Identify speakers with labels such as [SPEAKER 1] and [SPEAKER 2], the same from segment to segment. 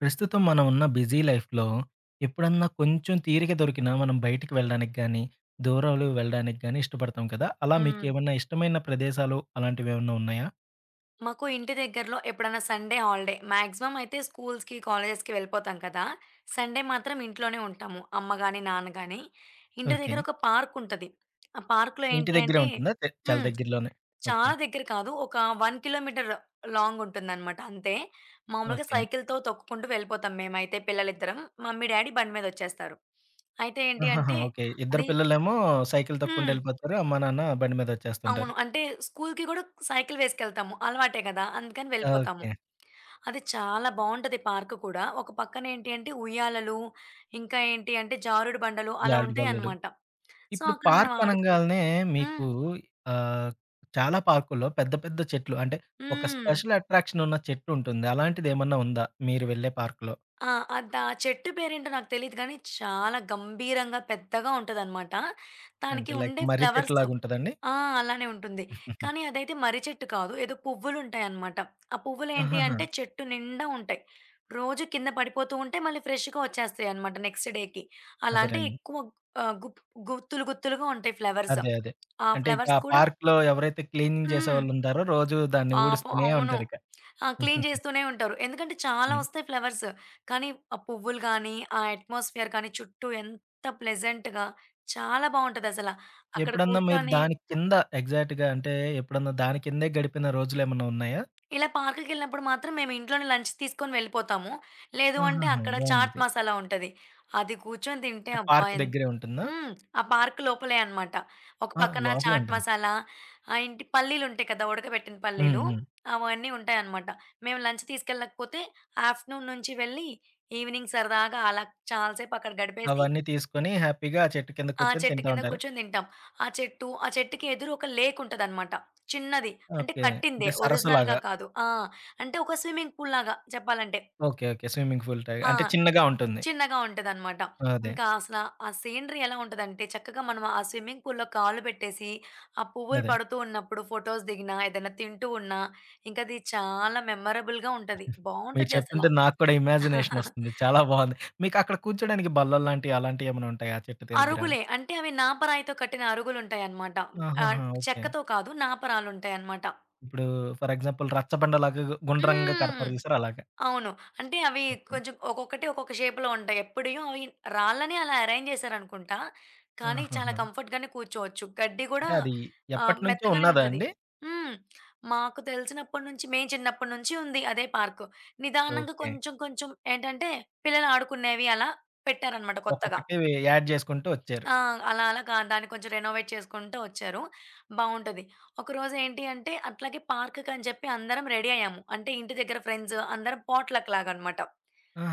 [SPEAKER 1] ప్రస్తుతం మనం ఉన్న బిజీ లైఫ్‌లో ఎప్పుడన్నా కొంచెం తీరిక దొరికినా మనం బయటికి వెళ్ళడానికి గానీ, దూరాలు వెళ్ళడానికి గానీ ఇష్టపడతాం కదా! అలా
[SPEAKER 2] హ్మ్.
[SPEAKER 1] మీకేమన్నా ఇష్టమైన ప్రదేశాలు అలాంటివేమన్నా ఉన్నాయా?
[SPEAKER 2] మాకు ఇంటి దగ్గరలో ఎప్పుడన్నా సండే హాలిడే మాక్సిమం అయితే స్కూల్స్‌కి, కాలేజెస్‌కి వెళ్ళిపోతాం కదా! సండే మాత్రం ఇంట్లోనే ఉంటాము. అమ్మ గాని, నాన్న గాని. ఇంటి
[SPEAKER 1] ఓకే.
[SPEAKER 2] దగ్గర ఒక పార్క్ ఉంటది. ఆ పార్క్‌లో
[SPEAKER 1] ఇంటి
[SPEAKER 2] ఏంటి
[SPEAKER 1] దగ్గరే
[SPEAKER 2] అంటే
[SPEAKER 1] ఉంటుందా? చాలా
[SPEAKER 2] హ్మ్.
[SPEAKER 1] దగ్గరలోనే. ఓకే.
[SPEAKER 2] చాలా దగ్గర కాదు. ఒక 1 కిలోమీటర్ లాంగ్ ఉంటుందనమాట అంతే. మామూలుగా
[SPEAKER 1] ఓకే.
[SPEAKER 2] సైకిల్‌తో తొక్కుకుంటూ వెళ్ళిపోతాం మేమైతే పిల్లలిద్దరం. మమ్మీ, డ్యాడీ బండి మీదొచ్చేస్తారు. అయితే ఏంటి
[SPEAKER 1] ఆహాహా!
[SPEAKER 2] అంటే
[SPEAKER 1] ఓకే. ఇద్దరు
[SPEAKER 2] అది
[SPEAKER 1] పిల్లలేమో సైకిల్ తొక్కుంటూ
[SPEAKER 2] హ్మ్.
[SPEAKER 1] ఎళ్ళిపోతారు. అమ్మా, నాన్న బండి మీద వచ్చేస్తుంటారు.
[SPEAKER 2] అవును. అంటే స్కూలుకి గూడా సైకిల్ వేసుకెళ్తాము. అలవాటే గదా! అందుకని వెళ్ళిపోతాము.
[SPEAKER 1] ఓకే.
[SPEAKER 2] అది చాలా బావుంటది పార్క్ కూడా. ఒక పక్కన ఏంటి అంటే ఉయ్యాలలు, ఇంకా ఏంటి అంటే జారుడు బండలు అలా
[SPEAKER 1] జారుడు బల్లలు.
[SPEAKER 2] ఉంటాయన్నమాట. సో,
[SPEAKER 1] ఇప్పుడు
[SPEAKER 2] అక్కడ మనం
[SPEAKER 1] పార్క్
[SPEAKER 2] ఆడుకో
[SPEAKER 1] అనంగాల్నే మీకు
[SPEAKER 2] హ్మ్.
[SPEAKER 1] ఆహ్, చాలా పార్కుల్లో పెద్ద పెద్ద చెట్లు అంటే, ఒక
[SPEAKER 2] హ్మ్.
[SPEAKER 1] స్పెషల్ అట్రాక్షన్ ఉన్న చెట్టు ఉంటుంది. అలాంటిదేమన్నా ఉందా? మీరు వెళ్ళే పార్క్‌లో?
[SPEAKER 2] ఆ! ఆ చెట్టు పేరేంటో నాకు తెలీదు గానీ, చాలా గంభీరంగా పెద్దగా ఉంటదనమాట.
[SPEAKER 1] అంటే
[SPEAKER 2] దానికి
[SPEAKER 1] లైక్
[SPEAKER 2] ఉండే
[SPEAKER 1] మర్రి
[SPEAKER 2] ఫ్లవర్స్.
[SPEAKER 1] చెట్టులాగా ఉంటదండి?
[SPEAKER 2] ఆ! అలానే ఉంటుంది. కానీ అదైతే మర్రి చెట్టు కాదు. ఏదో పువ్వులుంటాయనమాట. ఆ పువ్వులేంటి
[SPEAKER 1] ఆహాహా!
[SPEAKER 2] అంటే చెట్టు నిండా ఉంటాయి. రోజు కింద పడిపోతూ ఉంటాయి. మళ్ళీ ఫ్రెష్‌గా వచ్చేస్తాయనమాట నెక్స్ట్ డేకి. అలా అంటే
[SPEAKER 1] అదేనండి.
[SPEAKER 2] ఎక్కువ ఆహ్, గుప్ గుత్తులు గుత్తులుగా ఉంటాయి ఫ్లవర్స్.
[SPEAKER 1] అదే. అదే.
[SPEAKER 2] ఆ
[SPEAKER 1] అంటే ఇక
[SPEAKER 2] ఫ్లవర్స్
[SPEAKER 1] ఆ
[SPEAKER 2] కూడా
[SPEAKER 1] పార్క్‌లో ఎవరైతే క్లీనింగ్
[SPEAKER 2] హ్మ్.
[SPEAKER 1] చేసేవాళ్ళుంటారో రోజు దాన్ని
[SPEAKER 2] పాపం
[SPEAKER 1] ఊడుస్తూనే
[SPEAKER 2] అవును.
[SPEAKER 1] ఉంటారిక.
[SPEAKER 2] ఆ! క్లీన్ చేస్తూనే ఉంటారు. ఎందుకంటే చాలా
[SPEAKER 1] హ్మ్.
[SPEAKER 2] వస్తాయి ఫ్లవర్స్. కానీ ఆ పువ్వులు గానీ, ఆ అట్మాస్ఫియర్ కానీ చుట్టూ ఎంత ప్లెజెంట్‌గా, చాలా బావుంటదసల. అక్కడ
[SPEAKER 1] ఎప్పుడన్నా మీరు
[SPEAKER 2] కూర్చొని
[SPEAKER 1] దాని కింద ఎగ్జాక్ట్‌గా అంటే ఎప్పుడన్నా దాని కిందే గడిపిన రోజులేమన్నా ఉన్నాయా?
[SPEAKER 2] ఇలా పార్కుకెళ్ళినప్పుడు మాత్రం మేము ఇంట్లోనే లంచ్ తీసుకొని వెళ్ళిపోతాము. లేదు అంటే
[SPEAKER 1] ఆహాహా!
[SPEAKER 2] అక్కడ చాట్
[SPEAKER 1] బావుందిది.
[SPEAKER 2] మసాలా ఉంటది. అది కూర్చొని తింటే
[SPEAKER 1] అంటే
[SPEAKER 2] అబ్బా!
[SPEAKER 1] పార్క్
[SPEAKER 2] ఎన్
[SPEAKER 1] దగ్గరే ఉంటుందా?
[SPEAKER 2] హ్మ్. ఆ పార్క్ లోపలే అన్నమాట. ఒక
[SPEAKER 1] ఆ!
[SPEAKER 2] పక్కన
[SPEAKER 1] లోపలే
[SPEAKER 2] చాట్
[SPEAKER 1] ఉంటుంది.
[SPEAKER 2] మసాలా, ఏంటి పల్లీలుంటాయి కదా! ఉడకబెట్టిన
[SPEAKER 1] హ్మ్.
[SPEAKER 2] పల్లీలు.
[SPEAKER 1] హ్మ్.
[SPEAKER 2] అవన్నీ ఉంటాయన్నమాట. మేము లంచ్ తీసుకెళ్ళకపోతే ఆఫ్టర్‌నూన్ నుంచి వెళ్ళి ఈవినింగ్ సరదాగా అలా చాలా సేపు అక్కడ గడిపేసి,
[SPEAKER 1] అవన్నీ తీసుకొని హ్యాపీగా ఆ చెట్టు కింద
[SPEAKER 2] ఆ!
[SPEAKER 1] కూర్చొని
[SPEAKER 2] చెట్టు
[SPEAKER 1] తింటా
[SPEAKER 2] కింద
[SPEAKER 1] ఉంటారు.
[SPEAKER 2] కూర్చొని తింటాం. ఆ చెట్టు, ఆ చెట్టుకి ఎదురు ఒక లేక్ ఉంటదనమాట. చిన్నది. అంటే
[SPEAKER 1] ఓకే. అంటే
[SPEAKER 2] కట్టిందే ఒరిజినల్‌గా
[SPEAKER 1] సరస్సులాగా.
[SPEAKER 2] కాదు. ఆ! అంటే ఒక స్విమ్మింగ్ పూల్‌లాగా చెప్పాలంటే.
[SPEAKER 1] ఓకే. ఓకే. స్విమ్మింగ్ పూల్ టై
[SPEAKER 2] ఆ!
[SPEAKER 1] అంటే చిన్నగా ఉంటుంది.
[SPEAKER 2] చిన్నగా ఉంటదనమాట.
[SPEAKER 1] అదే.
[SPEAKER 2] ఇంకా అసల ఆ సీనరీ ఎలా ఉంటదంటే, చక్కగా మనం ఆ స్విమ్మింగ్ పూల్‌లో కాళ్ళు పెట్టేసి, ఆ పువ్వులు
[SPEAKER 1] అదే.
[SPEAKER 2] పడుతూ ఉన్నప్పుడు ఫోటోస్ దిగినా, ఏదైనా తింటూ ఉన్నా, ఇంకది చాలా మెమరబుల్‌గా ఉంటది.
[SPEAKER 1] మీరు
[SPEAKER 2] బావుంటది అసల.
[SPEAKER 1] చెప్తుంటే నాకు కూడా ఇమాజినేషన్ వస్తుంది. చాలా బావుంది. మీకు అక్కడ కూర్చోడానికి బల్లల్లాంటివి అలాంటివి ఏమైనా ఉంటాయా ఆ చెట్టు దగ్గర?
[SPEAKER 2] అరుగులే. అంటే అవి నాపరాయితో కట్టిన అరుగులుంటాయన్నమాట. ఆహ్,
[SPEAKER 1] ఆహాహా! ఓకే.
[SPEAKER 2] చెక్కతో కాదు నాపరాలుంటాయన్నమాట.
[SPEAKER 1] ఇప్పుడు ఫర్ ఎగ్జాంపుల్ రచ్చబండలాగా గుండ్రంగా
[SPEAKER 2] హ్మ్.
[SPEAKER 1] కడతారు చూసారా అలాగా.
[SPEAKER 2] అవును. అంటే అవి
[SPEAKER 1] ఓకే.
[SPEAKER 2] కొంచెం ఒక్కొక్కటి ఒక్కొక్క షేప్‌లో ఉంటాయి. ఎప్పుడియో అవి రాళ్ళనే అలా అరేంజ్ చేశారనుకుంటా. కానీ చాలా
[SPEAKER 1] ఆహాహా!
[SPEAKER 2] కంఫర్ట్‌గానే కూర్చోవచ్చు. గడ్డి గూడా
[SPEAKER 1] అంటే అది ఎప్పటినుంచో
[SPEAKER 2] మెత్తగానే
[SPEAKER 1] ఉన్నదా
[SPEAKER 2] ఉంటది.
[SPEAKER 1] అండి?
[SPEAKER 2] హ్మ్. మాకు తెలిసినప్పటి నుంచి, మేము చిన్నప్పటి నుంచి ఉంది అదే పార్కు. నిదానంగా
[SPEAKER 1] ఓకే.
[SPEAKER 2] కొంచెం కొంచెం ఏంటంటే పిల్లలు ఆడుకునేవి అలా పెట్టారన్నమాట కొత్తగా.
[SPEAKER 1] ఒక్కొక్కటి యాడ్ చేసుకుంటూ వచ్చారు.
[SPEAKER 2] ఆ! అలా అలా దాన్ని కొంచెం రెనోవేట్ చేసుకుంటూ వచ్చారు. బావుంటది. ఒకరోజు ఏంటి అంటే అట్లాగే పార్క్‌కని చెప్పి అందరం రెడీ అయ్యాము. అంటే ఇంటి దగ్గర ఫ్రెండ్స్ అందరం పాట్‌లక్ లాగనమాట.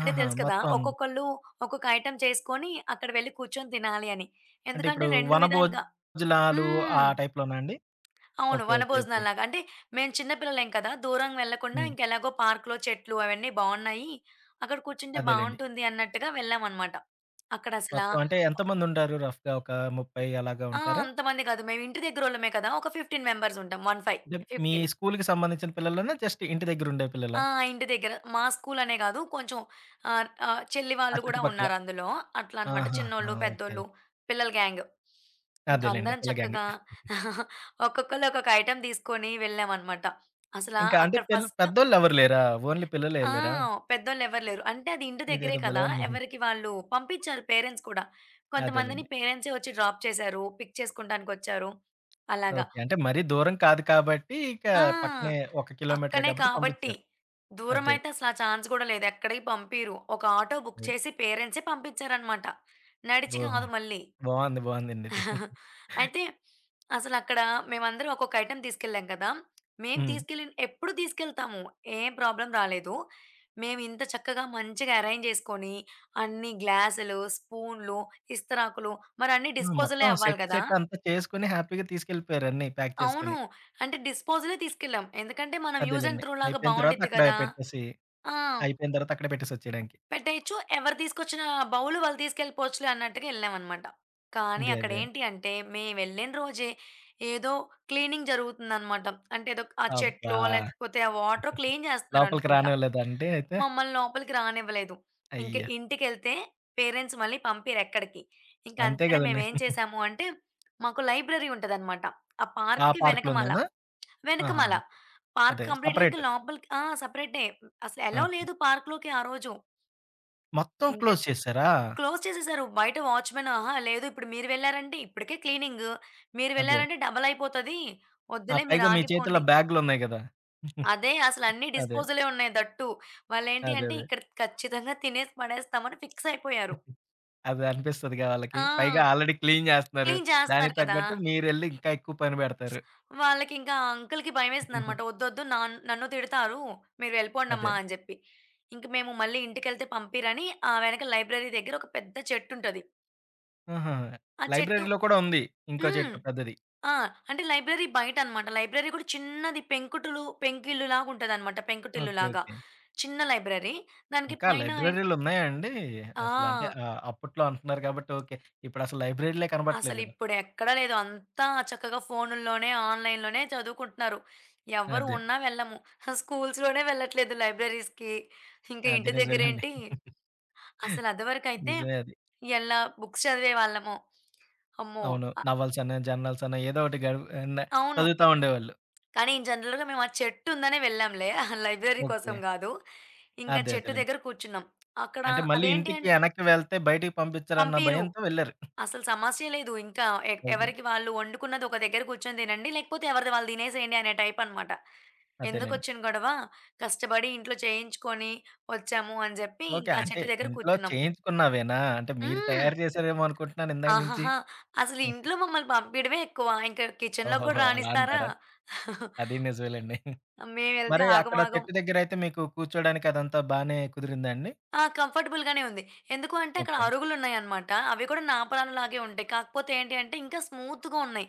[SPEAKER 2] అంటే తెలుసు కదా!
[SPEAKER 1] మొత్తం
[SPEAKER 2] ఒక్కొక్కళ్ళు ఒక్కొక్క ఐటెమ్ చేసుకొని అక్కడ వెళ్లి కూర్చొని తినాలి అని.
[SPEAKER 1] అంటే
[SPEAKER 2] ఎందుకంటే
[SPEAKER 1] ఇప్పుడు
[SPEAKER 2] 2 విధాలుగా
[SPEAKER 1] వనభోజనాలు ఆ
[SPEAKER 2] హ్మ్.
[SPEAKER 1] టైప్‌లోనా అండి?
[SPEAKER 2] అవును.
[SPEAKER 1] ఓకే. ఓకే. ఓకే.
[SPEAKER 2] వనభోజనాల్లాగా. అంటే మేము చిన్న పిల్లలేం కదా! దూరం వెళ్ళకుండా
[SPEAKER 1] హ్మ్.
[SPEAKER 2] ఇంకెలాగో పార్క్‌లో చెట్లు అవన్నీ బావున్నాయి. అక్కడ కూర్చుంటే
[SPEAKER 1] అదేలెండి.
[SPEAKER 2] బావుంటుంది అన్నట్టుగా వెళ్ళామనమాట. అక్కడ అసలా
[SPEAKER 1] మొత్తం అంటే ఎంతమందుంటారు రఫ్‌గా ఒక 30 అలాగా
[SPEAKER 2] ఆ!
[SPEAKER 1] ఉంటారా?
[SPEAKER 2] అంతమంది కాదు. మేము ఇంటి దగ్గరోళ్ళమే కదా! ఒక 15 మెంబర్స్ ఉంటాం. 15
[SPEAKER 1] అంటే మీ
[SPEAKER 2] 15
[SPEAKER 1] స్కూలుకి సంబంధించిన పిల్లలేనా? జస్ట్ ఇంటి దగ్గరుండే పిల్లలా?
[SPEAKER 2] ఆ! ఇంటి దగ్గర. మా స్కూలనే కాదు కొంచెం ఆహ్, ఆహ్, చెల్లి
[SPEAKER 1] ఆ
[SPEAKER 2] వాళ్ళు కూడా
[SPEAKER 1] చుట్టుపక్కల.
[SPEAKER 2] ఉన్నారందులో. అట్లా అన్నమాట.
[SPEAKER 1] ఆహాహా!
[SPEAKER 2] చిన్నోళ్ళు,
[SPEAKER 1] ఓకే.
[SPEAKER 2] పెద్దోళ్ళు, పిల్లల గ్యాంగ్. ఇంక
[SPEAKER 1] అదేలెండి.
[SPEAKER 2] అందరం
[SPEAKER 1] పిల్ల గ్యాంగ్.
[SPEAKER 2] చక్కగా ఒక్కొక్కళ్ళు ఒక్కొక్క ఐటెమ్ తీసుకొని వెళ్ళామన్నమాట. అసలా
[SPEAKER 1] ఇంకా అంటే
[SPEAKER 2] అక్కడ ఫస్ట్
[SPEAKER 1] పెద్దోళ్ళెవరు లేరా? ఓన్లీ పిల్లలే
[SPEAKER 2] ఆ!
[SPEAKER 1] ఎళ్లారా?
[SPEAKER 2] పెద్దోళ్ళెవరు లేరు. అంటే అది ఇంటి దగ్గరే
[SPEAKER 1] ఇదేదో భలే
[SPEAKER 2] కదా!
[SPEAKER 1] ఉందండి.
[SPEAKER 2] ఎవరికి వాళ్ళు పంపించారు పేరెంట్స్ కూడా. కొంతమందిని
[SPEAKER 1] అదేలెండి.
[SPEAKER 2] పేరెంట్సే వచ్చి డ్రాప్ చేశారు. పిక్ చేసుకుంటానికొచ్చారు. అలాగా.
[SPEAKER 1] ఓకే. అంటే మరీ దూరం కాదు కాబట్టి ఇక
[SPEAKER 2] ఆ!
[SPEAKER 1] పక్కనే 1 కిలోమీటరే
[SPEAKER 2] పక్కనే
[SPEAKER 1] కాబట్టి
[SPEAKER 2] కాబట్టి.
[SPEAKER 1] పంపించారు. అదే.
[SPEAKER 2] దూరమైతే అసల ఆ ఛాన్స్ గూడా లేదు. ఎక్కడికి పంపీరు. ఒక ఆటో బుక్
[SPEAKER 1] అదే.
[SPEAKER 2] చేసి పేరెంట్సే పంపించారనమాట. నడిచి
[SPEAKER 1] ఓహో!
[SPEAKER 2] కాదు మళ్ళీ.
[SPEAKER 1] బావుంది. బావుందండిది.
[SPEAKER 2] అయితే అసలక్కడ మేమందరం ఒక్కొక్క ఐటెమ్ తీసుకెళ్ళాం కదా! మేము
[SPEAKER 1] హ్మ్.
[SPEAKER 2] తీసుకెళ్ళిన ఎప్పుడు తీసుకెళ్తాము. ఏం ప్రాబ్లమ్ రాలేదు. మేమింత చక్కగా మంచిగా అరేంజ్ చేసుకొని, అన్ని గ్లాసులు, స్పూన్లు, ఇస్తరాకులు మరన్నీ
[SPEAKER 1] ఆ!
[SPEAKER 2] డిస్పోజలే
[SPEAKER 1] మొత్తం
[SPEAKER 2] అవ్వాలి
[SPEAKER 1] సెట్
[SPEAKER 2] గదా!
[SPEAKER 1] సెట్ అంతా చేసుకొని హ్యాపీగా తీసుకెళ్ళిపోయారు అన్నీ ప్యాక్
[SPEAKER 2] అవును.
[SPEAKER 1] చేసుకొని.
[SPEAKER 2] అంటే డిస్పోజలే తీసుకెళ్ళాం. ఎందుకంటే మనం యూజ్ అండ్
[SPEAKER 1] అదేలెండి.
[SPEAKER 2] త్రో లాగా
[SPEAKER 1] అయిపోయిన తర్వాత
[SPEAKER 2] బావుండిద్ది
[SPEAKER 1] అక్కడ
[SPEAKER 2] కదా!
[SPEAKER 1] పెట్టేసి
[SPEAKER 2] ఆ!
[SPEAKER 1] అయిపోయిన తర్వాత అక్కడే పెట్టేసొచ్చేయడానికి.
[SPEAKER 2] పెట్టేయొచ్చు. ఎవరు తీసుకొచ్చిన బౌలు వాళ్ళు తీసుకెళ్ళిపోవచ్చులే అన్నట్టుగా ఎళ్ళామనమాట. కానీ
[SPEAKER 1] అదే అదే.
[SPEAKER 2] అక్కడేంటి అంటే, మేమెళ్ళిన రోజే ఏదో క్లీనింగ్ జరుగుతుందనమాట. అంటే ఏదో ఆ
[SPEAKER 1] అబ్బా!
[SPEAKER 2] చెట్లో, లేకపోతే ఆ వాటరో క్లీన్
[SPEAKER 1] లోపలికి
[SPEAKER 2] చేస్తున్నారనుకుంటా.
[SPEAKER 1] రానివ్వలేదా అండి అయితే?
[SPEAKER 2] మమ్మల్ని లోపలికి రానివ్వలేదు. ఇంక
[SPEAKER 1] అయ్యో!
[SPEAKER 2] ఇంటికెళ్తే పేరెంట్స్ మళ్ళీ పంపియరెక్కడికి. ఇంక
[SPEAKER 1] అంతే
[SPEAKER 2] అందుకని
[SPEAKER 1] గదండీ.
[SPEAKER 2] మేమేం చేశాము అంటే, మాకు లైబ్రరీ ఉంటదనమాట. ఆ
[SPEAKER 1] ఆ
[SPEAKER 2] పార్క్‌కి వెనకమాల.
[SPEAKER 1] పార్క్‌లోనేనా? ఆహా!
[SPEAKER 2] వెనకమాల. పార్క్
[SPEAKER 1] అదే
[SPEAKER 2] కంప్లీట్‌గా ఇంక
[SPEAKER 1] సెపరేట్.
[SPEAKER 2] లోపలికి ఆ! సెపరేటే. అసలు ఎలో
[SPEAKER 1] ఓకే.
[SPEAKER 2] లేదు పార్క్‌లోకి ఆ రోజు.
[SPEAKER 1] మొత్తం
[SPEAKER 2] ఇంకా
[SPEAKER 1] క్లోజ్ చేసారా?
[SPEAKER 2] క్లోజ్ చేసేసారు. బయట వాచ్‌మెన్ "అహా! లేదు ఇప్పుడు మీరు వెళ్లారంటే ఇప్పటికే క్లీనింగు. మీరు
[SPEAKER 1] అదే.
[SPEAKER 2] వెళ్లారంటే డబల్ అయిపోతది.
[SPEAKER 1] ఆ!
[SPEAKER 2] వద్దులే మీరు
[SPEAKER 1] పైగా మీ చేతిలో
[SPEAKER 2] ఆగిపోండి."
[SPEAKER 1] బ్యాగులున్నాయి గదా!
[SPEAKER 2] అదే అసలు అన్ని
[SPEAKER 1] అదే.
[SPEAKER 2] డిస్పోజలే ఉన్నాయి దట్టు. వాళ్ళేంటి
[SPEAKER 1] అదే
[SPEAKER 2] అంటే
[SPEAKER 1] అదే.
[SPEAKER 2] ఇక్కడ ఖచ్చితంగా తినేసి పడేస్తామని ఫిక్స్ అయిపోయారు.
[SPEAKER 1] అదే అనిపిస్తదిగా వాళ్ళకి. పైగా
[SPEAKER 2] ఆ!
[SPEAKER 1] ఆల్రెడీ క్లీన్ జేస్తున్నారు.
[SPEAKER 2] క్లీన్
[SPEAKER 1] దానికి
[SPEAKER 2] చేస్తున్నారు కదా!
[SPEAKER 1] తగ్గట్టు మీరెళ్లి ఇంకా ఎక్కువ పని బెడతారు.
[SPEAKER 2] వాళ్ళకింకా ఆ అంకుల్‌కి భయమేసిందనమాట. "వద్దొద్దు నన్ను తిడతారు. మీరు
[SPEAKER 1] అదే.
[SPEAKER 2] వెళ్ళిపోండమ్మా" అని చెప్పి. ఇంక మేము మళ్ళీ ఇంటికెళ్తే పంపిరని ఆ వెనక లైబ్రరీ దగ్గర ఒక పెద్ద చెట్టుంటది.
[SPEAKER 1] ఆహా!
[SPEAKER 2] ఆ చెట్టు
[SPEAKER 1] లైబ్రరీలో కూడా ఉంది. ఇంకో
[SPEAKER 2] హ్మ్.
[SPEAKER 1] చెట్టు పెద్దది.
[SPEAKER 2] ఆ! అంటే లైబ్రరీ బయట అనమాట. లైబ్రరీ కూడా చిన్నది, పెంకిల్లులాగా ఉంటదనమాట.
[SPEAKER 1] ఓకే.
[SPEAKER 2] పెంకుటిల్లులాగా.
[SPEAKER 1] ఓకే.
[SPEAKER 2] చిన్న లైబ్రరీ. దానికి
[SPEAKER 1] ఇంకా
[SPEAKER 2] పైన
[SPEAKER 1] లైబ్రరీలున్నాయా అండి? అసలు అంటే
[SPEAKER 2] ఆ!
[SPEAKER 1] ఆహ్, అప్పట్లో అంటున్నారు కాబట్టి ఓకే. ఇప్పుడసలు లైబ్రరీలే కనపడట్లేదు కదా!
[SPEAKER 2] అసలిప్పుడెక్కడ లేదు. అంతా చక్కగా ఫోనుల్లోనే, ఆన్‌లైన్‌లోనే చదువుకుంటున్నారు. ఎవ్వరు
[SPEAKER 1] అదే.
[SPEAKER 2] ఉన్నా వెళ్ళము. స్కూల్స్‌లోనే వెళ్ళట్లేదు లైబ్రరీస్‌కి. ఇంకా
[SPEAKER 1] అది
[SPEAKER 2] ఇంటి
[SPEAKER 1] నిజమేలెండి.
[SPEAKER 2] దగ్గరేంటి, అసలు అదివరకైతే
[SPEAKER 1] నిజమే అది.
[SPEAKER 2] ఎలా బుక్స్ చదివేవాళ్ళము. అమ్మో!
[SPEAKER 1] అవును.
[SPEAKER 2] అ
[SPEAKER 1] నవల్సనో, జర్నల్సనో ఏదో ఒకటి గడువు న
[SPEAKER 2] అవును.
[SPEAKER 1] చదువుతా ఉండేవాళ్ళు.
[SPEAKER 2] కానీ జనరల్‌గా మేము ఆ చెట్టు ఉందనే వెళ్ళాంలే. Library
[SPEAKER 1] okay.
[SPEAKER 2] కోసం గాదు. ఇంకా
[SPEAKER 1] అదే.
[SPEAKER 2] చెట్టు
[SPEAKER 1] అదేలెండి.
[SPEAKER 2] దగ్గర కూర్చున్నాం. అక్కడ
[SPEAKER 1] అంటే మళ్ళీ
[SPEAKER 2] అదేంటి
[SPEAKER 1] ఇంటికి
[SPEAKER 2] అంటే
[SPEAKER 1] వెనక్కి వెళ్తే బయటికి పంపించరన్న
[SPEAKER 2] పంపీరు.
[SPEAKER 1] భయంతో వెళ్లారు.
[SPEAKER 2] అసలు సమస్య లేదు. ఇంకా
[SPEAKER 1] అదే.
[SPEAKER 2] ఎవరికి వాళ్ళు వండుకున్నది ఒక దగ్గర కూర్చొని తినండి. లేకపోతే ఎవరిది వాళ్ళు తినేసేయండి అనే టైప్ అనమాట.
[SPEAKER 1] అదేలెండి.
[SPEAKER 2] ఎందుకొచ్చిన గొడవ? కష్టపడి ఇంట్లో చేయించుకొని వచ్చాము అని జెప్పి
[SPEAKER 1] ఓకే.
[SPEAKER 2] ఇంకా ఆ
[SPEAKER 1] అంటే
[SPEAKER 2] చెట్టు దగ్గర
[SPEAKER 1] ఇంట్లో
[SPEAKER 2] కూర్చున్నాం.
[SPEAKER 1] చేయించుకున్నవేనా? అంటే మీరు
[SPEAKER 2] హ్మ్.
[SPEAKER 1] తయారు చేసారేమో అనుకుంటున్నాను ఇందాక నుంచి.
[SPEAKER 2] ఆహాహా! అసలు ఇంట్లో మమ్మల్ని పంపియడమే ఎక్కువ. ఇంకా కిచెన్‌లోకి కూడా
[SPEAKER 1] ఓహోహో! అలా
[SPEAKER 2] రానిస్తారా?
[SPEAKER 1] అంటారా?
[SPEAKER 2] మేమెళ్తే
[SPEAKER 1] అది నిజమేలెండి. మరి అక్కడ
[SPEAKER 2] ఆగమాగం.
[SPEAKER 1] చెట్టు దగ్గరయితే మీకు కూర్చోడానికి అదంతా బానే కుదిరిందా అండి?
[SPEAKER 2] ఆ! కంఫర్టబుల్‌గానే ఉంది. ఎందుకు అంటే అక్కడ
[SPEAKER 1] ఓకే.
[SPEAKER 2] అరుగులున్నాయనమాట. అవి కూడా నాపరాలలాగే ఉంటాయి. కాకపోతే ఏంటి అంటే ఇంకా స్మూత్‌గా ఉన్నాయి.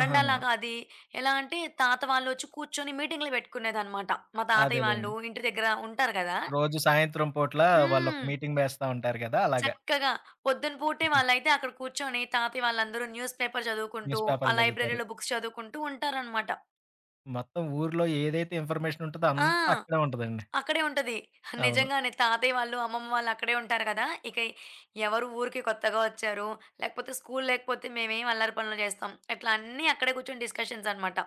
[SPEAKER 1] ఆహాహా!
[SPEAKER 2] అది ఎలా అంటే తాత వాళ్ళొచ్చి కూర్చొని మీటింగ్‌లు పెట్టుకునేదనమాట. మా తాతయ్య
[SPEAKER 1] అదేలెండి.
[SPEAKER 2] వాళ్ళు ఇంటి దగ్గర ఉంటారు కదా!
[SPEAKER 1] రోజు సాయంత్రం పూట్ల వాళ్ళొక
[SPEAKER 2] హ్మ్.
[SPEAKER 1] మీటింగ్ వేస్తా ఉంటారు గదా! అలాగా.
[SPEAKER 2] చక్కగా పొద్దున పూటే వాళ్ళైతే అక్కడ కూర్చొని తాతయ్య వాళ్ళందరూ న్యూస్ పేపర్ చదువుకుంటూ,
[SPEAKER 1] న్యూస్
[SPEAKER 2] ఆ
[SPEAKER 1] పేపర్‌లు చదువుతారు.
[SPEAKER 2] లైబ్రరీలో బుక్స్ చదువుకుంటూ ఉంటారనమాట.
[SPEAKER 1] మొత్తం ఊర్లో ఏదైతే ఇన్ఫర్మేషన్ ఉంటదో అంతా
[SPEAKER 2] ఆ!
[SPEAKER 1] అక్కడే ఉంటదండి.
[SPEAKER 2] అక్కడే ఉంటది.
[SPEAKER 1] అవును.
[SPEAKER 2] నిజంగానే తాతయ్య వాళ్ళు, అమ్మమ్మ వాళ్ళు అక్కడే ఉంటారు కదా! ఇక ఎవరు ఊరికి కొత్తగా వచ్చారు, లేకపోతే స్కూల్, లేకపోతే మేమేం అల్లరి పనులు చేస్తాం. ఇట్లా అన్నీ అక్కడే కూర్చొని డిస్కషన్స్ అనమాట.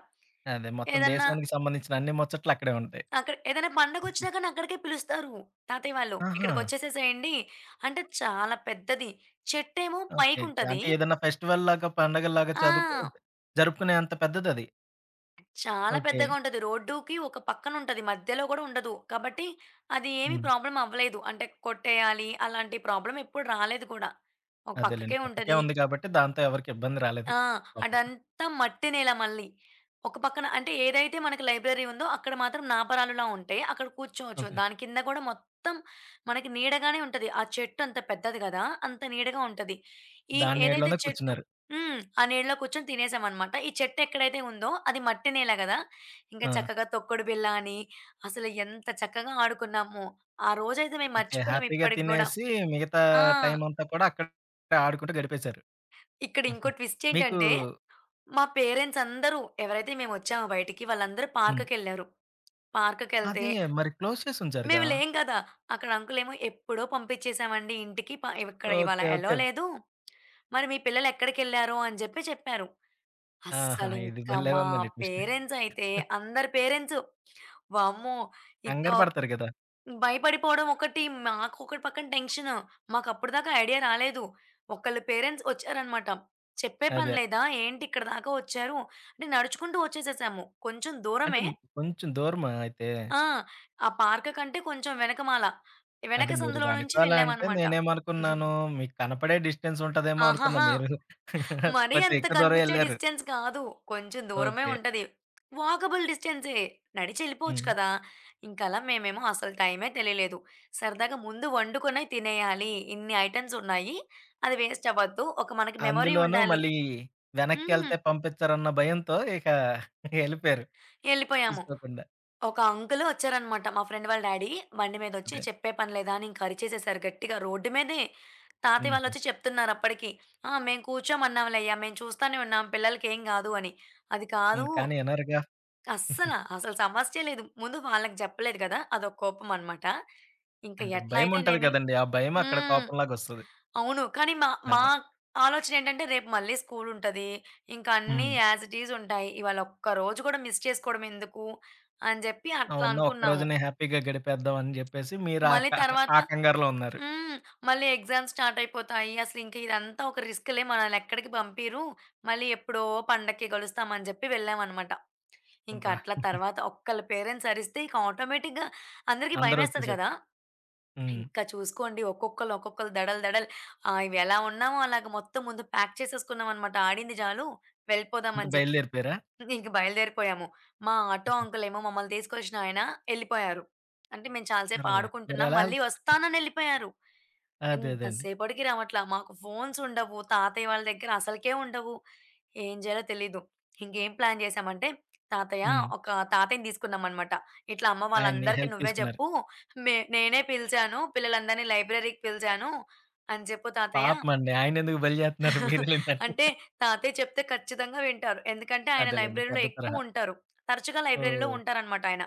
[SPEAKER 1] అదే మొత్తం
[SPEAKER 2] ఏదన్నా
[SPEAKER 1] దేశానికి సంబంధించిన అన్ని ముచ్చట్లు అక్కడే ఉంటాయి.
[SPEAKER 2] అక్కడ ఏదైనా పండగొచ్చినా కానీ అక్కడికే పిలుస్తారు తాతయ్య వాళ్ళు.
[SPEAKER 1] ఆహా!
[SPEAKER 2] "ఇక్కడికొచ్చేసేసేయండి". అంటే చాలా పెద్దది. చెట్టేమో
[SPEAKER 1] ఓకే. ఓకే.
[SPEAKER 2] పైకుంటది.
[SPEAKER 1] అంటే ఏదన్నా ఫెస్టివల్ లాగా, పండగల్లాగా
[SPEAKER 2] ఆ!
[SPEAKER 1] జరుపుకునే అంత పెద్దదది.
[SPEAKER 2] చాలా
[SPEAKER 1] ఓకే.
[SPEAKER 2] పెద్దగా ఉంటది. రోడ్డుకి ఒక పక్కనుంటది. మధ్యలో గూడా ఉండదు. కాబట్టి అది ఏమి
[SPEAKER 1] హ్మ్.
[SPEAKER 2] ప్రాబ్లమ్ అవ్వలేదు. అంటే కొట్టేయాలి అలాంటి ప్రాబ్లమ్ ఎప్పుడు రాలేదు కూడా. ఒక
[SPEAKER 1] అదేలెండి.
[SPEAKER 2] పక్కకే
[SPEAKER 1] పక్కకే
[SPEAKER 2] ఉంటది.
[SPEAKER 1] ఉంది కాబట్టి దాంతో ఎవరికీ ఇబ్బంది రాలేదు.
[SPEAKER 2] ఆ!
[SPEAKER 1] పాపం.
[SPEAKER 2] అదంతా మట్టి నేల మళ్ళీ. ఒక పక్కన అంటే ఏదైతే మనకి లైబ్రరీ ఉందో అక్కడ మాత్రం నాపరాలులా ఉంటాయి. అక్కడ కూర్చోవచ్చు.
[SPEAKER 1] ఓకే.
[SPEAKER 2] దాని కింద గూడా మొత్తం మనకి నీడగానే ఉంటది. ఆ చెట్టు అంత పెద్దది గదా! అంత నీడగా ఉంటది. ఈ
[SPEAKER 1] దాని
[SPEAKER 2] ఏదైతే
[SPEAKER 1] నీడలోనే
[SPEAKER 2] చెట్టు
[SPEAKER 1] కూర్చున్నారు.
[SPEAKER 2] హ్మ్. ఆ నీడలో కూర్చొని తినేసామనమాట. ఈ చెట్టు ఎక్కడైతే ఉందో అది మట్టి నేల గదా! ఇంకా
[SPEAKER 1] ఆ!
[SPEAKER 2] చక్కగా తొక్కుడు బిళ్ళ అని అసలు ఎంత చక్కగా ఆడుకున్నామో. ఆ రోజైతే మేము
[SPEAKER 1] ఓకే.
[SPEAKER 2] మర్చిపోలేం
[SPEAKER 1] హ్యాపీగా
[SPEAKER 2] ఇప్పటికి గూడా.
[SPEAKER 1] తినేసి మిగతా
[SPEAKER 2] ఆ!
[SPEAKER 1] టైమంతా కూడా అక్కడే ఆడుకుంటూ గడిపేశారు.
[SPEAKER 2] ఇక్కడ
[SPEAKER 1] హుహు.
[SPEAKER 2] ఇంకో ట్విస్ట్
[SPEAKER 1] మీకు
[SPEAKER 2] ఏంటంటే మా పేరెంట్స్ అందరూ, ఎవరైతే మేమొచ్చామో బయటికి, వాళ్ళందరూ
[SPEAKER 1] హ్మ్.
[SPEAKER 2] పార్క్‌కెళ్లారు. పార్క్‌కెళ్తే
[SPEAKER 1] అదే మరి క్లోజ్ చేసుంచారుగా!
[SPEAKER 2] మేము లేం కదా! అక్కడ అంకులేమో, "ఎప్పుడో పంపించేసామండి ఇంటికి. ఇక్కడ ఇవాళ
[SPEAKER 1] ఓకే.
[SPEAKER 2] ఎలో
[SPEAKER 1] ఓకే.
[SPEAKER 2] లేదు. మరి మీ పిల్లలు ఎక్కడికెళ్లారు" అని జెప్పి చెప్పారు.
[SPEAKER 1] ఆహా! ఇది
[SPEAKER 2] అస్సలింక
[SPEAKER 1] భలే
[SPEAKER 2] మా
[SPEAKER 1] ఉందండి ట్విస్ట్.
[SPEAKER 2] పేరెంట్స్ అయితే అందరి పేరెంట్సు వామ్మో! ఇంకా
[SPEAKER 1] కంగారు పడతారు గదా!
[SPEAKER 2] భయపడిపోవడం ఒకటి, మాకు ఒకటి పక్కన టెన్షను. మాకప్పటిదాకా ఐడియా రాలేదు. ఒకళ్ళ పేరెంట్స్ ఒచ్చారనమాట. చెప్పే పని
[SPEAKER 1] అదే.
[SPEAKER 2] లేదా? ఏంటి ఇక్కడి దాకా ఒచ్చారు? అంటే నడుచుకుంటూ ఒచ్చేసేసాము. కొంచెం
[SPEAKER 1] అంటే
[SPEAKER 2] దూరమే.
[SPEAKER 1] కొంచెం దూరమా అయితే?
[SPEAKER 2] ఆ! ఆ పార్క్ కంటే కొంచెం వెనకమాల.
[SPEAKER 1] అంటే
[SPEAKER 2] వెనక
[SPEAKER 1] మీరు
[SPEAKER 2] సందులో నుంచి
[SPEAKER 1] వెనకాల అంటే
[SPEAKER 2] వెళ్ళామనమాట.
[SPEAKER 1] నేనేమనుకున్నాను మీకు కనపడే డిస్టెన్స్ ఉంటదేమో అనుకున్నా.
[SPEAKER 2] ఆహాహా!
[SPEAKER 1] మీరు
[SPEAKER 2] మరీ
[SPEAKER 1] కొంచెం
[SPEAKER 2] అంత
[SPEAKER 1] ఎక్కువ దూరం
[SPEAKER 2] కనిపించే
[SPEAKER 1] ఎళ్లారు.
[SPEAKER 2] డిస్టెన్స్ కాదు. కొంచెం దూరమే
[SPEAKER 1] ఓకే.
[SPEAKER 2] ఉంటది. వాకబుల్ డిస్టెన్సే. నడిచెళ్ళిపోవచ్చు
[SPEAKER 1] హ్మ్.
[SPEAKER 2] కదా! ఇంకలా మేమేమో అసలు టైమే తెలియలేదు. సరదాగా ముందు వండుకునే తినేయాలి. ఇన్ని ఐటెమ్స్ ఉన్నాయి. అది వేస్ట్ అవ్వద్దు. ఒక మనకి మెమరీ
[SPEAKER 1] అందులోనూ
[SPEAKER 2] ఉండాలి.
[SPEAKER 1] మళ్ళీ
[SPEAKER 2] హ్మ్.
[SPEAKER 1] వెనక్కెళ్తే పంపిచ్చరన్న భయంతో ఇక ఎళ్ళిపోయారు
[SPEAKER 2] ఎళ్ళిపోయాము.
[SPEAKER 1] చూసుకోకుండా.
[SPEAKER 2] ఒక అంకుల్ వచ్చారనమాట. మా ఫ్రెండ్ వాళ్ళ డ్యాడీ బండి మీదొచ్చి
[SPEAKER 1] అదే.
[SPEAKER 2] చెప్పే పని లేదా అని ఇంక అరిచేసేసారు గట్టిగా రోడ్డు మీదే. తాతయ్య
[SPEAKER 1] హుహు.
[SPEAKER 2] వాళ్ళొచ్చి చెప్తున్నారు అప్పటికి. "ఆ! మేము కూర్చోమన్నాంలే అయ్యా! మేము చూస్తానే ఉన్నాం. పిల్లలకేం కాదు" అని. అది కాదు
[SPEAKER 1] హ్మ్. కానీ అనరుగా.
[SPEAKER 2] అస్సల. అసలు సమస్యే లేదు. ముందు వాళ్ళకి జెప్పలేదు గదా! అదొక కోపమనమాట. ఇంక
[SPEAKER 1] అంటే
[SPEAKER 2] ఎట్లా అయితే
[SPEAKER 1] భయముంటది
[SPEAKER 2] నేమి,
[SPEAKER 1] కదండీ! ఆ భయం అక్కడ
[SPEAKER 2] హ్మ్.
[SPEAKER 1] కోపంలాగొస్తది.
[SPEAKER 2] అవును. కానీ మా మా
[SPEAKER 1] అదే.
[SPEAKER 2] ఆలోచనేంటంటే రేపు మళ్ళీ స్కూలుంటది. ఇంక అన్నీ
[SPEAKER 1] హ్మ్.
[SPEAKER 2] యాజ్ ఇట్ ఈజ్ ఉంటాయి. ఇవాళ ఒక్క రోజు గూడా మిస్ చేసుకోవడమెందుకు అని జెప్పి
[SPEAKER 1] ఆ
[SPEAKER 2] అట్లా
[SPEAKER 1] ఉన్న ఒక్క
[SPEAKER 2] అనుకున్నాము.
[SPEAKER 1] రోజునే హ్యాపీగా గడిపేద్దాం అని జెప్పేసి మీరు
[SPEAKER 2] మళ్ళీ తర్వాత
[SPEAKER 1] ఆ కంగారులో ఉన్నారు.
[SPEAKER 2] హ్మ్. మళ్ళీ ఎగ్జామ్స్ స్టార్ట్ అయిపోతాయి. అసలింక ఇదంతా ఒక రిస్క్‌లే మనల్నెక్కడికి పంపీరు. మళ్ళీ ఎప్పుడో పండక్కి గలుస్తామని జెప్పి వెళ్ళామనమాట. ఇంకా
[SPEAKER 1] అబ్బా!
[SPEAKER 2] అట్లా తర్వాత ఒక్కళ్ళ పేరెంట్స్ అరిస్తే ఇక ఆటోమేటిక్‌గా అందరికీ భయమేస్తది
[SPEAKER 1] అందరొచ్చేసారు.
[SPEAKER 2] కదా!
[SPEAKER 1] హ్మ్.
[SPEAKER 2] ఇంకా చూసుకోండి ఒక్కొక్కళ్ళు, ఒక్కొక్కళ్ళు దడలు, దడలు. ఇవి ఎలా ఉన్నామో అలాగ మొత్తం ముందు ప్యాక్ చేసేసుకున్నామనమాట. ఆడింది చాలు
[SPEAKER 1] ఇంక
[SPEAKER 2] వెళ్ళిపోదామని చెప్పి.
[SPEAKER 1] బయలుదేరిపోయారా?
[SPEAKER 2] ఇంక బయలుదేరిపోయాము. మా ఆటో అంకుల్ ఏమో మమ్మల్ని తీసుకొచ్చిన ఆయన ఎళ్ళిపోయారు. అంటే మేము చాలా సేపు
[SPEAKER 1] సరేలే.
[SPEAKER 2] ఆడుకుంటున్నాం.
[SPEAKER 1] మరెలా
[SPEAKER 2] మళ్ళీ
[SPEAKER 1] హెల్ప్
[SPEAKER 2] వస్తానని ఎళ్ళిపోయారు.
[SPEAKER 1] అదే
[SPEAKER 2] ఎంత
[SPEAKER 1] అదేండి.
[SPEAKER 2] సేపటికి రావట్లా. మాకు ఫోన్స్ ఉండవు. తాతయ్య వాళ్ళ దగ్గర అసలకే ఉండవు. ఏం చేయాలో తెలీదు. ఇంకేం ప్లాన్ చేశామంటే, తాతయ్య
[SPEAKER 1] హ్మ్.
[SPEAKER 2] ఒక తాతయ్యని తీసుకున్నామనమాట. ఇట్లా అమ్మ
[SPEAKER 1] ఆయన్ని
[SPEAKER 2] వాళ్ళందరికీ
[SPEAKER 1] హెల్ప్
[SPEAKER 2] నువ్వే
[SPEAKER 1] తీసుకున్నారు.
[SPEAKER 2] చెప్పు. నేనే పిలిచాను. పిల్లలందరిని లైబ్రరీకి పిలిచాను అని చెప్పు తాతయ్య.
[SPEAKER 1] పాపమండి ఆయనెందుకు బలి జేత్తన్నారు మీరెళ్ళిన
[SPEAKER 2] అంటే తాతయ్య చెప్తే ఖచ్చితంగా వింటారు. ఎందుకంటే ఆయన
[SPEAKER 1] అదేలెండి.
[SPEAKER 2] లైబ్రరీలో
[SPEAKER 1] పెద్ద తరహా.
[SPEAKER 2] ఎక్కువ ఉంటారు. తరచుగా లైబ్రరీలో
[SPEAKER 1] సో
[SPEAKER 2] ఉంటారనమాట ఆయన.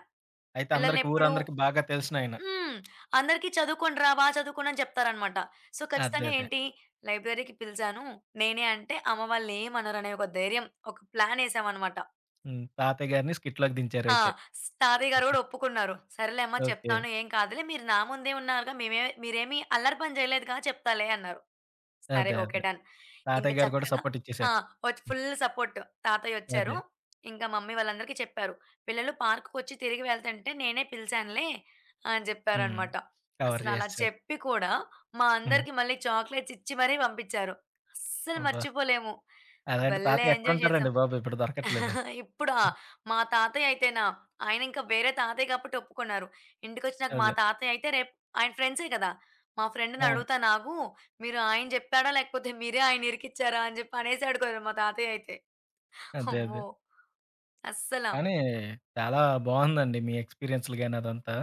[SPEAKER 1] అయితే
[SPEAKER 2] పిల్లల్ని
[SPEAKER 1] అందరికి
[SPEAKER 2] ఎప్పుడు
[SPEAKER 1] ఊరందరికి బాగా తెలిసినాయన.
[SPEAKER 2] హ్మ్. అందరికీ చదువుకోండిరా! బా చదువుకోండి అని చెప్తారనమాట. సో,
[SPEAKER 1] అదే.
[SPEAKER 2] ఖచ్చితంగా
[SPEAKER 1] అదే.
[SPEAKER 2] ఏంటి లైబ్రరీకి పిలిచాను. నేనే అంటే అమ్మ వాళ్ళేమనరనే ఒక ధైర్యం, ఒక ప్లానేసామనమాట.
[SPEAKER 1] హ్మ్. తాతయ్య గారిని స్కిట్‌లోకి
[SPEAKER 2] ఆ!
[SPEAKER 1] దించారయితే.
[SPEAKER 2] తాతయ్య గారు గూడా ఒప్పుకున్నారు. "సరేలే అమ్మ
[SPEAKER 1] ఓకే.
[SPEAKER 2] చెప్తాను ఏం కాదులే. మీరు నా ముందే ఉన్నారుగా. మేమే మీరేమి అల్లరి పని జేయలేదుగా చెప్తాలే" అన్నారు. సరే.
[SPEAKER 1] అదే.
[SPEAKER 2] ఓకే.
[SPEAKER 1] అదే.
[SPEAKER 2] డన్. ఇంక
[SPEAKER 1] తాతయ్య గారు కూడా
[SPEAKER 2] చక్కగా
[SPEAKER 1] సపోర్ట్
[SPEAKER 2] ఆ!
[SPEAKER 1] ఇచ్చేసారు.
[SPEAKER 2] Full support. తాతయ్యొచ్చారు.
[SPEAKER 1] అదే.
[SPEAKER 2] ఇంకా మమ్మీ వాళ్ళందరికీ చెప్పారు. "పిల్లలు పార్క్‌కొచ్చి తిరిగి వెళ్తుంటే నేనే పిలిచానులే" అని
[SPEAKER 1] హ్మ్.
[SPEAKER 2] జెప్పారనమాట.
[SPEAKER 1] కవర్
[SPEAKER 2] అసలలా
[SPEAKER 1] చేసేసారు.
[SPEAKER 2] చెప్పి కూడా మా
[SPEAKER 1] హ్మ్.
[SPEAKER 2] అందరికి మళ్ళీ చాక్లెట్స్ ఇచ్చి మరీ పంపిచ్చారు. అస్సలు
[SPEAKER 1] అబ్బా!
[SPEAKER 2] మర్చిపోలేము.
[SPEAKER 1] అలాంటి
[SPEAKER 2] భలే
[SPEAKER 1] తాతయ్య
[SPEAKER 2] ఎంజాయ్ చేసాం.
[SPEAKER 1] ఎక్కడుంటారండి బాబు ఇప్పుడు దొరకట్లేదు.
[SPEAKER 2] ఆ! ఇప్పుడా? మా తాతయ్య అయితేనా? ఆయన ఇంకా వేరే తాతయ్య కాబట్టి ఒప్పుకున్నారు. ఇంటికొచ్చినాక మా
[SPEAKER 1] అదే.
[SPEAKER 2] తాతయ్య అయితే రేపు ఆయన ఫ్రెండ్సే కదా! మా ఫ్రెండ్‌ని
[SPEAKER 1] అవును.
[SPEAKER 2] అడుగుతాను ఆగు. మీరు ఆయన చెప్పాడా? లేకపోతే మీరే ఆయన ఇరికిచ్చారా? అని చెప్పి అనేసాడు కదా! మా తాతయ్య అయితే.
[SPEAKER 1] అదే. అదే.
[SPEAKER 2] అమ్మో! అస్సల.
[SPEAKER 1] కానీ చాలా బావుందండి మీ ఎక్స్‌పీరియన్స్‌లు గాని అదంతా.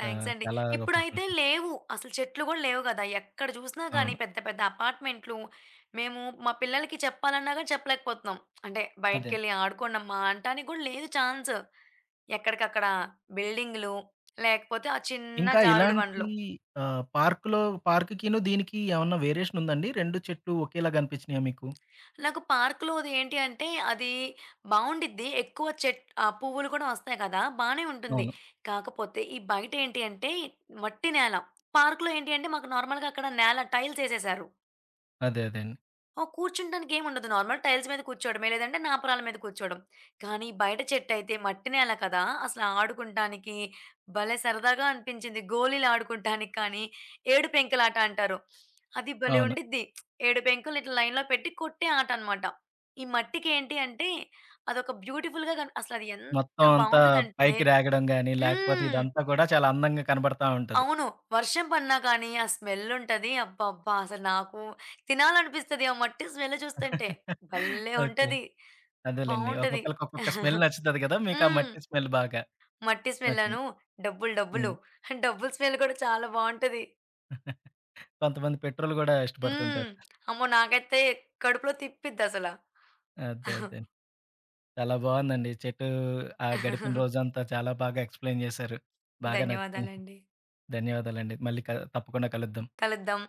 [SPEAKER 2] థాంక్స్
[SPEAKER 1] ఆహ్,
[SPEAKER 2] అండి.
[SPEAKER 1] చాలా
[SPEAKER 2] ఇప్పుడైతే
[SPEAKER 1] బావుంది.
[SPEAKER 2] లేవు. అసలు చెట్లు గూడా లేవు గదా! ఎక్కడ జూసినా గానీ
[SPEAKER 1] అవును.
[SPEAKER 2] పెద్ద పెద్ద అపార్ట్‌మెంట్లు. మేము మా పిల్లలకి చెప్పాలన్నా గాని చెప్పలేకపోతున్నాం. అంటే
[SPEAKER 1] అదేండి.
[SPEAKER 2] బయటికెళ్ళి ఆడుకోండమ్మా అంటానికి గూడా లేదు ఛాన్స్. ఎక్కడికక్కడ బిల్డింగులు, లేకపోతే ఆ చిన్న
[SPEAKER 1] ఇంకా
[SPEAKER 2] జారుడు
[SPEAKER 1] ఇలాంటి
[SPEAKER 2] బండలు.
[SPEAKER 1] ఆహ్, పార్క్‌లో పార్క్‌కిను దీనికి ఏమన్నా వేరియేషన్ ఉందండి? 2 చెట్లు ఒకేలాగా కనిపించినాయా మీకు?
[SPEAKER 2] నాకు పార్క్‌లోది ఏంటి అంటే అది బావుండిద్ది. ఎక్కువ పువ్వులు కూడా వస్తాయి కదా! బానే ఉంటుంది.
[SPEAKER 1] అవును.
[SPEAKER 2] కాకపోతే ఈ బయట ఏంటి అంటే మట్టి నేల. పార్క్‌లో ఏంటి అంటే మాకు నార్మల్‌గా అక్కడ నేల టైల్స్ ఏసేశారు.
[SPEAKER 1] అదే. అదే అండి.
[SPEAKER 2] ఆ! కూర్చుంటానికి ఏముండదు. నార్మల్ టైల్స్ మీద కూర్చోవడమే, లేదంటే నాపరాల మీద కూర్చోవడం. కానీ బయట చెట్టయితే మట్టి నేల కదా! అసలు ఆడుకుంటానికి భలే సరదాగా అనిపించింది. గోలీలు ఆడుకుంటానికి కానీ, ఏడు పెంకులాట అంటారు. అది భలే
[SPEAKER 1] అవును.
[SPEAKER 2] ఉండిద్ది. ఏడు పెంకులు ఇట్లా లైన్‌లో పెట్టి కొట్టే ఆట అనమాట. ఈ మట్టికేంటి అంటే అదొక బ్యూటిఫుల్‌గా కన్ అసలది ఎంత
[SPEAKER 1] మొత్తం అంతా
[SPEAKER 2] బావుంటదంటే
[SPEAKER 1] పైకి రాగడం గాని, లేకపోతే
[SPEAKER 2] హ్మ్.
[SPEAKER 1] ఇదంతా కూడా చాలా అందంగా కనబడతా ఉంటది.
[SPEAKER 2] అవును. వర్షం పడినా కానీ ఆ స్మెల్లుంటది. అబ్బబ్బా! అసలు నాకు తినాలనిపిస్తది ఆ మట్టి స్మెల్ చూస్తుంటే. భలే
[SPEAKER 1] ఓకే.
[SPEAKER 2] ఉంటది.
[SPEAKER 1] అదేలెండి.
[SPEAKER 2] బావుంటది.
[SPEAKER 1] ఒక్కొక్కళ్ళకి ఒక్కొక్క స్మెల్ నచ్చుతది కదా! మీకు ఆ
[SPEAKER 2] హ్మ్.
[SPEAKER 1] మట్టి స్మెల్ బాగా
[SPEAKER 2] మట్టి
[SPEAKER 1] నచ్చింది.
[SPEAKER 2] స్మెల్లను డబ్బులు, డబ్బులు.
[SPEAKER 1] హ్మ్.
[SPEAKER 2] డబ్బులు స్మెల్ కూడా చాలా బావుంటది.
[SPEAKER 1] కొంతమంది పెట్రోల్ గూడా
[SPEAKER 2] హ్మ్.
[SPEAKER 1] ఇష్టపడుతుంటారు.
[SPEAKER 2] అమ్మో! నాకైతే కడుపులో తిప్పిద్దసల.
[SPEAKER 1] అదే. అదే. చాలా బావుందండి. చెట్టు ఆ గడిపిన రోజంతా చాలా బాగా ఎక్స్‌ప్లెయిన్ జేశారు. బాగా నచ్చింది.
[SPEAKER 2] ధన్యవాదాలండి.
[SPEAKER 1] ధన్యవాదాలండి. మళ్ళీ తప్పకుండా కలుద్దాం.
[SPEAKER 2] కలుద్దాం.